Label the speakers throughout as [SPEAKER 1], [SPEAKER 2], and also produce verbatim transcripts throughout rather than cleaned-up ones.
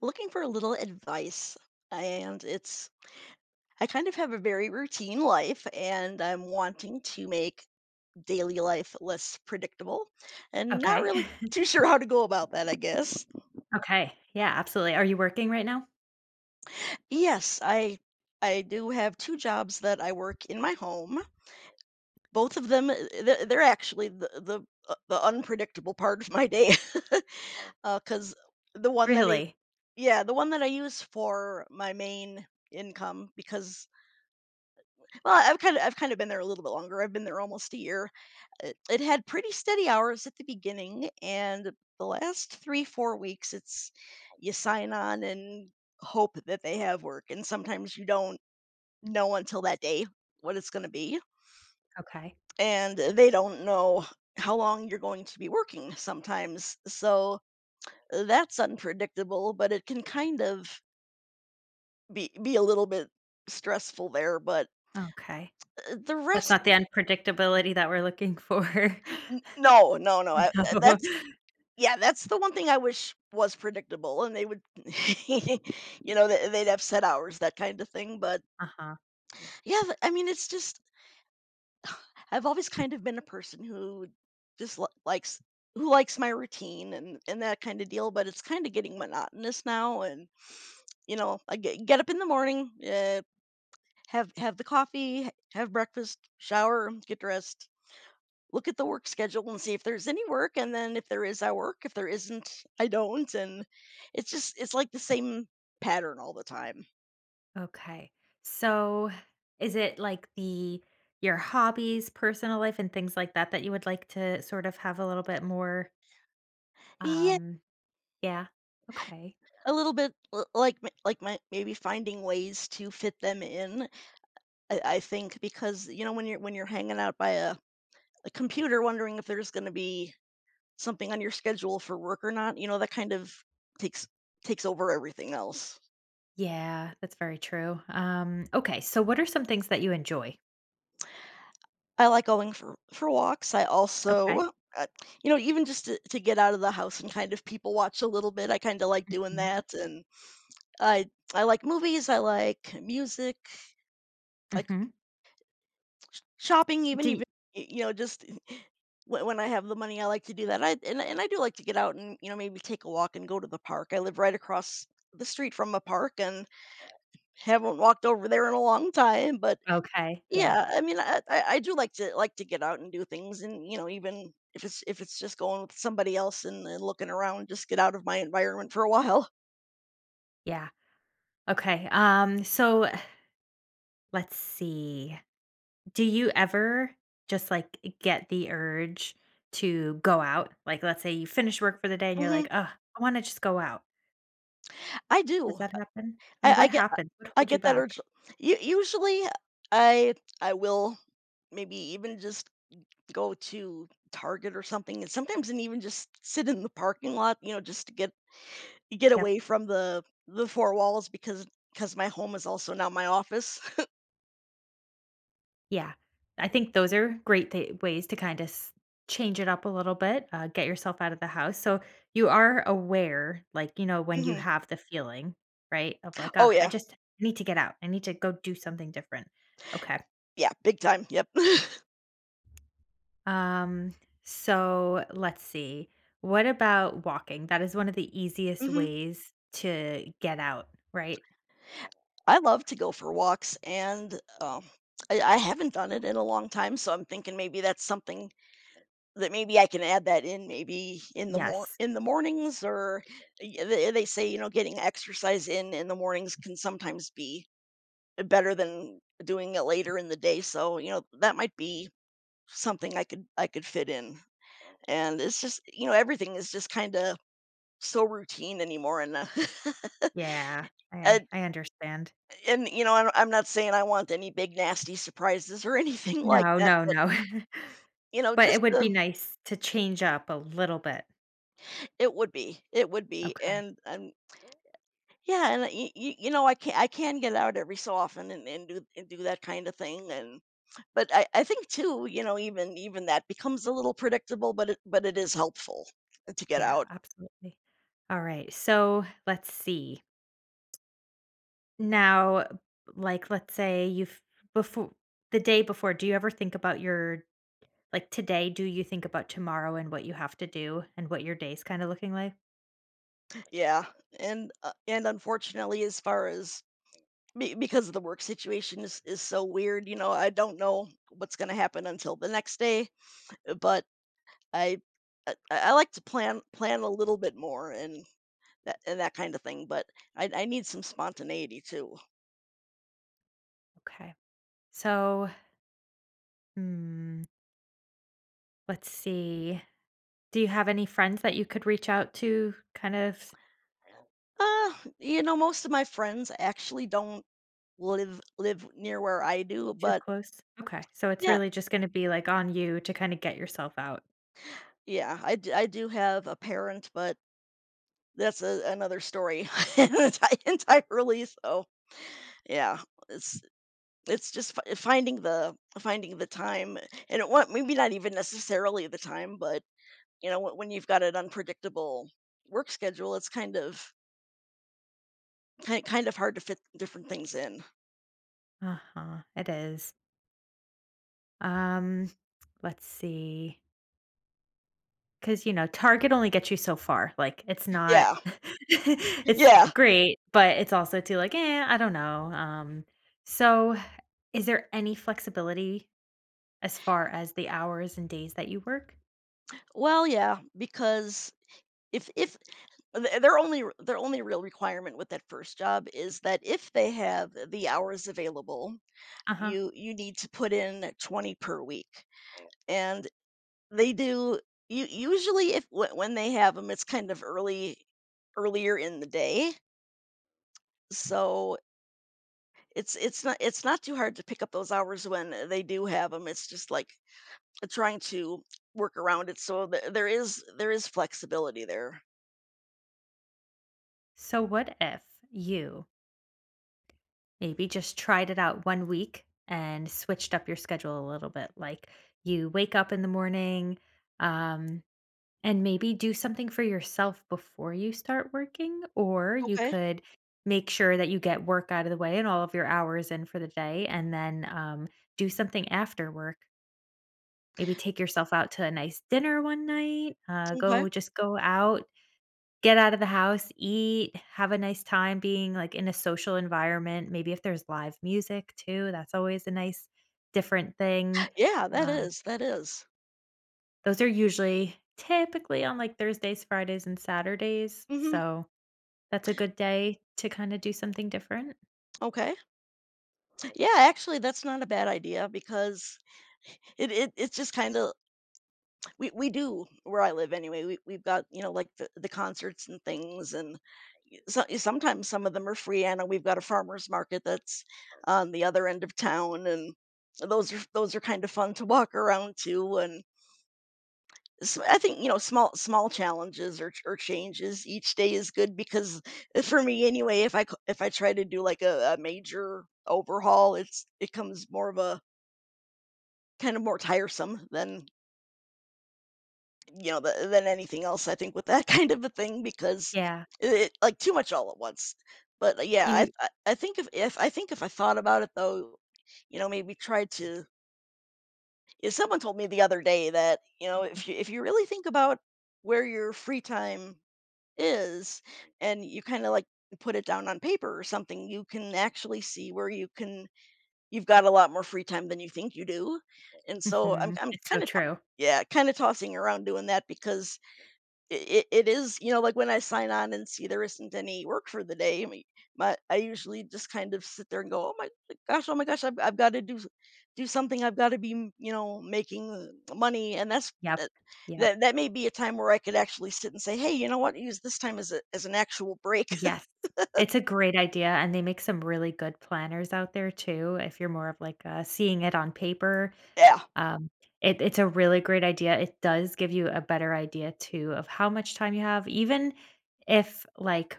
[SPEAKER 1] Looking for a little advice, and it's I kind of have a very routine life and I'm wanting to make daily life less predictable, and not
[SPEAKER 2] Okay.
[SPEAKER 1] really too sure how to go about that, I guess.
[SPEAKER 2] Okay. Yeah, absolutely. Are you working right now?
[SPEAKER 1] Yes, I I do have two jobs that I work in my home. Both of them, uh, they're actually the the uh, the unpredictable part of my day. cuz the one that I
[SPEAKER 2] Really?
[SPEAKER 1] Yeah, the one that I use for my main income, because, well, I've kind of I've kind of been there a little bit longer. I've been there almost a year. It, it had pretty steady hours at the beginning, and the last three four weeks, it's you sign on and hope that they have work, and sometimes you don't know until that day what it's going to be,
[SPEAKER 2] Okay.
[SPEAKER 1] and they don't know how long you're going to be working sometimes. So that's unpredictable, but it can kind of be be a little bit stressful there. But
[SPEAKER 2] Okay.
[SPEAKER 1] uh, the
[SPEAKER 2] That's
[SPEAKER 1] rest
[SPEAKER 2] not the unpredictability that we're looking for.
[SPEAKER 1] n- no, no, no, I,
[SPEAKER 2] No.
[SPEAKER 1] that's... Yeah, that's the one thing I wish was predictable, and they would, you know, they they'd have set hours, that kind of thing. But
[SPEAKER 2] Uh-huh.
[SPEAKER 1] yeah, th- I mean, it's just, I've always kind of been a person who just li- likes who likes my routine, and and that kind of deal. But it's kind of getting monotonous now, and, you know, I get, get up in the morning, uh, have have the coffee, h- have breakfast, shower, get dressed, look at the work schedule and see if there's any work, and then if there is, I work, if there isn't, I don't. And it's just it's like the same pattern all the time.
[SPEAKER 2] Okay. So is it like the your hobbies, personal life, and things like that that you would like to sort of have a little bit more,
[SPEAKER 1] Yeah,
[SPEAKER 2] um yeah. Okay.
[SPEAKER 1] a little bit, l- like, m- like my, maybe, finding ways to fit them in. i, I think because, you know when you're when you're hanging out by a, a computer wondering if there's going to be something on your schedule for work or not, you know that kind of takes takes over everything else.
[SPEAKER 2] Yeah, that's very true. Um, okay. So what are some things that you enjoy?
[SPEAKER 1] I like going for for walks. I
[SPEAKER 2] Okay.
[SPEAKER 1] also, uh, you know, even just to, to get out of the house and kind of people watch a little bit. I kind of like doing
[SPEAKER 2] Mhm.
[SPEAKER 1] that, and I I like movies. I like music, like
[SPEAKER 2] Mhm.
[SPEAKER 1] shopping, even
[SPEAKER 2] Do y
[SPEAKER 1] even y- you know, just when, when I have the money, I like to do that. I and and I do like to get out and, you know maybe take a walk and go to the park. I live right across the street from a park and haven't walked over there in a long time, but
[SPEAKER 2] okay. Yeah.
[SPEAKER 1] yeah. I mean, I I I do like to like to get out and do things, and, you know, even if it's if it's just going with somebody else and and looking around, just get out of my environment for a while.
[SPEAKER 2] Yeah. Okay. Um so let's see. Do you ever just like get the urge to go out? Like let's say you finish work for the day and you're like,
[SPEAKER 1] Mhm.
[SPEAKER 2] "Oh, I want to just go out."
[SPEAKER 1] I
[SPEAKER 2] Does
[SPEAKER 1] do.
[SPEAKER 2] that happen?
[SPEAKER 1] I
[SPEAKER 2] And
[SPEAKER 1] I
[SPEAKER 2] what
[SPEAKER 1] get
[SPEAKER 2] happens? What
[SPEAKER 1] I
[SPEAKER 2] holds you
[SPEAKER 1] get that
[SPEAKER 2] back?
[SPEAKER 1] urge. U Usually, I I will maybe even just go to Target or something, and sometimes and even just sit in the parking lot, you know, just to get get
[SPEAKER 2] Yep.
[SPEAKER 1] away from the the four walls, because because my home is also now my office.
[SPEAKER 2] Yeah. I think those are great th- ways to kind of change it up a little bit, uh, get yourself out of the house. So you are aware, like, you know, when you
[SPEAKER 1] Mhm.
[SPEAKER 2] have the feeling, right? Of like, oh,
[SPEAKER 1] Oh,
[SPEAKER 2] I
[SPEAKER 1] yeah.
[SPEAKER 2] just need to get out. I need to go do something different. Okay.
[SPEAKER 1] Yeah, big time, yep.
[SPEAKER 2] Um, so let's see. What about walking? That is one of the easiest
[SPEAKER 1] Mhm.
[SPEAKER 2] ways to get out, right?
[SPEAKER 1] I love to go for walks, and, um, I I haven't done it in a long time, so I'm thinking maybe that's something that maybe I can add that in, maybe in the more
[SPEAKER 2] Yes.
[SPEAKER 1] in the mornings. Or y they they say, you know, getting exercise in in the mornings can sometimes be better than doing it later in the day, so, you know, that might be something I could I could fit in. And it's just, you know, everything is just kinda so routine anymore, and, uh,
[SPEAKER 2] Yeah. I I understand.
[SPEAKER 1] and, you know, I'm I'm not saying I want any big nasty surprises or anything like
[SPEAKER 2] No,
[SPEAKER 1] that,
[SPEAKER 2] no,
[SPEAKER 1] but,
[SPEAKER 2] no.
[SPEAKER 1] you know,
[SPEAKER 2] But
[SPEAKER 1] just
[SPEAKER 2] it would be
[SPEAKER 1] the
[SPEAKER 2] nice to change up a little bit.
[SPEAKER 1] it would be, it would be,
[SPEAKER 2] Okay.
[SPEAKER 1] and and yeah. And y you know, I can I can get out every so often and and do and do that kinda thing. And but I I think too, you know, even even that becomes a little predictable, but it but it is helpful to get
[SPEAKER 2] Yeah,
[SPEAKER 1] out.
[SPEAKER 2] absolutely. All right. So let's see. Now, like, let's say you've before the day before, do you ever think about your Like today, do you think about tomorrow and what you have to do and what your day's kind of looking like?
[SPEAKER 1] Yeah, and, uh, and unfortunately, as far as, be because the work situation is is so weird, you know, I don't know what's gonna happen until the next day. But I I I like to plan plan a little bit more, and that and that kind of thing. But I I need some spontaneity too.
[SPEAKER 2] Okay. So, hmm, let's see. Do you have any friends that you could reach out to kind of
[SPEAKER 1] Uh, you know, most of my friends actually don't live live near where I do.
[SPEAKER 2] too
[SPEAKER 1] But
[SPEAKER 2] close? Okay. So it's
[SPEAKER 1] yeah,
[SPEAKER 2] really just going to be like on you to kind of get yourself out.
[SPEAKER 1] yeah, I d- I do have a parent, but that's a, another story, enti- entirely. So yeah, it's it's just fi- finding the finding the time, and it wa- maybe not even necessarily the time, but, you know, when when you've got an unpredictable work schedule, it's kind of kind kind of hard to fit different things in.
[SPEAKER 2] Uh-huh. It is. Um, let's see. Cause you know, Target only gets you so far. Like it's not
[SPEAKER 1] Yeah.
[SPEAKER 2] it's
[SPEAKER 1] Yeah.
[SPEAKER 2] great, but it's also too like, eh, I don't know. Um, so Is there any flexibility as far as the hours and days that you work?
[SPEAKER 1] Well, yeah, because if if th- their only r- their only real requirement with that first job is that if they have the hours available,
[SPEAKER 2] Uh-huh.
[SPEAKER 1] you you need to put in twenty per week. And they do you usually, if wh- when they have them, it's kind of early earlier in the day. So It's it's not it's not too hard to pick up those hours when, uh, they do have them. It's just, like, trying to work around it, so th there is there is flexibility there.
[SPEAKER 2] So what if you maybe just tried it out one week and switched up your schedule a little bit? Like, you wake up in the morning, um, and maybe do something for yourself before you start working, or you
[SPEAKER 1] Okay,
[SPEAKER 2] could make sure that you get work out of the way and all of your hours in for the day and then, um, do something after work Maybe take yourself out to a nice dinner one night, uh,
[SPEAKER 1] okay.
[SPEAKER 2] go just go out, get out of the house, eat, have a nice time being, like, in a social environment. Maybe if there's live music too, that's always a nice different thing.
[SPEAKER 1] Yeah, that
[SPEAKER 2] Um,
[SPEAKER 1] is, that is.
[SPEAKER 2] those are usually typically on, like, Thursdays, Fridays, and Saturdays,
[SPEAKER 1] Mhm,
[SPEAKER 2] so that's a good day to kinda do something different.
[SPEAKER 1] okay. Yeah, actually, that's not a bad idea, because it it it's just kinda, we we do where I live anyway. We we've got, you know like, the, the concerts and things, and y- so, sometimes some of them are free. I know we've got a farmers market that's on the other end of town, and those are those are kind of fun to walk around to. And s I I think, you know small small challenges or or changes each day is good, because, uh, for me anyway, if I c- if I try to do like a, a major overhaul, it's it comes more of a kind of more tiresome than, you know, th than anything else, I think, with that kind of a thing, because
[SPEAKER 2] Yeah.
[SPEAKER 1] it, like, too much all at once. But, uh, yeah, I th
[SPEAKER 2] You
[SPEAKER 1] I I think, if if, I think if I thought about it, though, you know, maybe try to if someone told me the other day that, you know, if you if you really think about where your free time is, and you kinda, like, put it down on paper or something, you can actually see where you can you've got a lot more free time than you think you do. And so I'm
[SPEAKER 2] Mhm.
[SPEAKER 1] I'm
[SPEAKER 2] It's so
[SPEAKER 1] kinda,
[SPEAKER 2] true.
[SPEAKER 1] yeah, kinda tossing around doing that, because it it is you know, like, when I sign on and see there isn't any work for the day, I mean, my I usually just kind of sit there and go, "Oh my gosh, oh my gosh, I've I've gotta do do something. I've gotta be, you know, making, uh, money." And that's
[SPEAKER 2] Yep,
[SPEAKER 1] that
[SPEAKER 2] yep,
[SPEAKER 1] that. That may be a time where I could actually sit and say, "Hey, you know what? Use this time as a as an actual break."
[SPEAKER 2] yes. It's a great idea, and they make some really good planners out there too, if you're more of like, uh, seeing it on paper,
[SPEAKER 1] Yeah.
[SPEAKER 2] um, it it's a really great idea. It does give you a better idea too of how much time you have, even if, like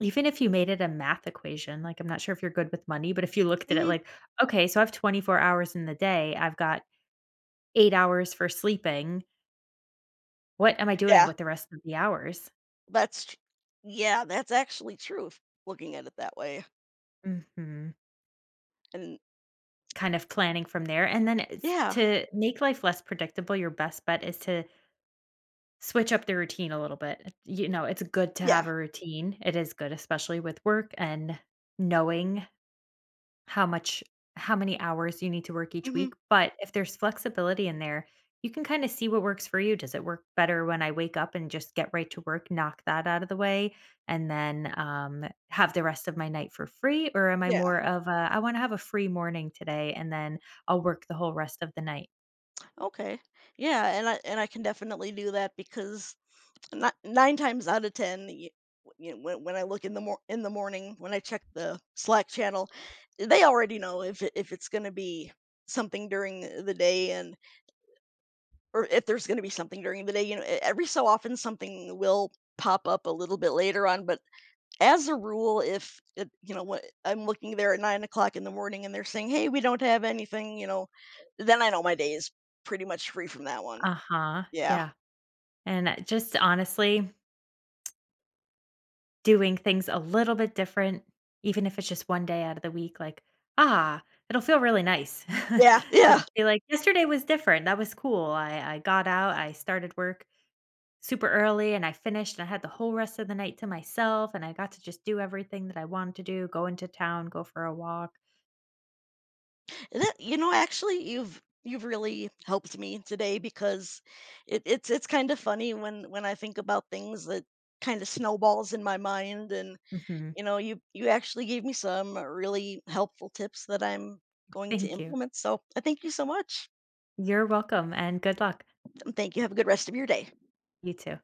[SPEAKER 2] even if you made it a math equation, like, I'm not sure if you're good with money, but if you looked at it
[SPEAKER 1] Mhm.
[SPEAKER 2] like, "Okay, so I have twenty-four hours in the day, I've got eight hours for sleeping, what am I doing
[SPEAKER 1] Yeah.
[SPEAKER 2] with the rest of the hours?"
[SPEAKER 1] That's tr Yeah, that's actually true, f looking at it that way.
[SPEAKER 2] Mhm.
[SPEAKER 1] And
[SPEAKER 2] Kind of planning from there, and then it's
[SPEAKER 1] yeah.
[SPEAKER 2] to make life less predictable, your best bet is to switch up the routine a little bit. You know, it's good to
[SPEAKER 1] Yeah.
[SPEAKER 2] have a routine. It is good, especially with work and knowing how much how many hours you need to work each
[SPEAKER 1] Mhm.
[SPEAKER 2] week, but if there's flexibility in there, you can kind of see what works for you. Does it work better when I wake up and just get right to work, knock that out of the way, and then um, have the rest of my night for free? Or am I
[SPEAKER 1] Yeah.
[SPEAKER 2] more of a, I want to have a free morning today and then I'll work the whole rest of the night?
[SPEAKER 1] Okay. Yeah, and I and I can definitely do that, because not nine times out of ten, you, you know, when when I look in the mor- in the morning when I check the Slack channel, they already know if it- if it's going to be something during the day. And or if there's going to be something during the day. You know, e- every so often something will pop up a little bit later on. But as a rule, if it, you know what, I'm looking there at nine o'clock in the morning and they're saying, "Hey, we don't have anything." you know, then I know my day is pretty much free from that one.
[SPEAKER 2] Uh huh.
[SPEAKER 1] Yeah.
[SPEAKER 2] Yeah. And uh, just honestly, doing things a little bit different, even if it's just one day out of the week, like, ah, it'll feel really nice
[SPEAKER 1] Yeah,
[SPEAKER 2] to
[SPEAKER 1] yeah.
[SPEAKER 2] be like, "Yesterday was different, that was cool. I I got out, I started work super early, and I finished, and I had the whole rest of the night to myself, and I got to just do everything that I wanted to do, go into town, go for a walk."
[SPEAKER 1] And it you know, actually, you've you've really helped me today, because it it's it's kind of funny, when when I think about things that kind of snowballs in my mind. And,
[SPEAKER 2] Mhm.
[SPEAKER 1] you know, you you actually gave me some really helpful tips that I'm going to
[SPEAKER 2] Thank you.
[SPEAKER 1] implement. So, I thank you so much.
[SPEAKER 2] You're welcome, and good luck.
[SPEAKER 1] Thank you. Have a good rest of your day.
[SPEAKER 2] You too.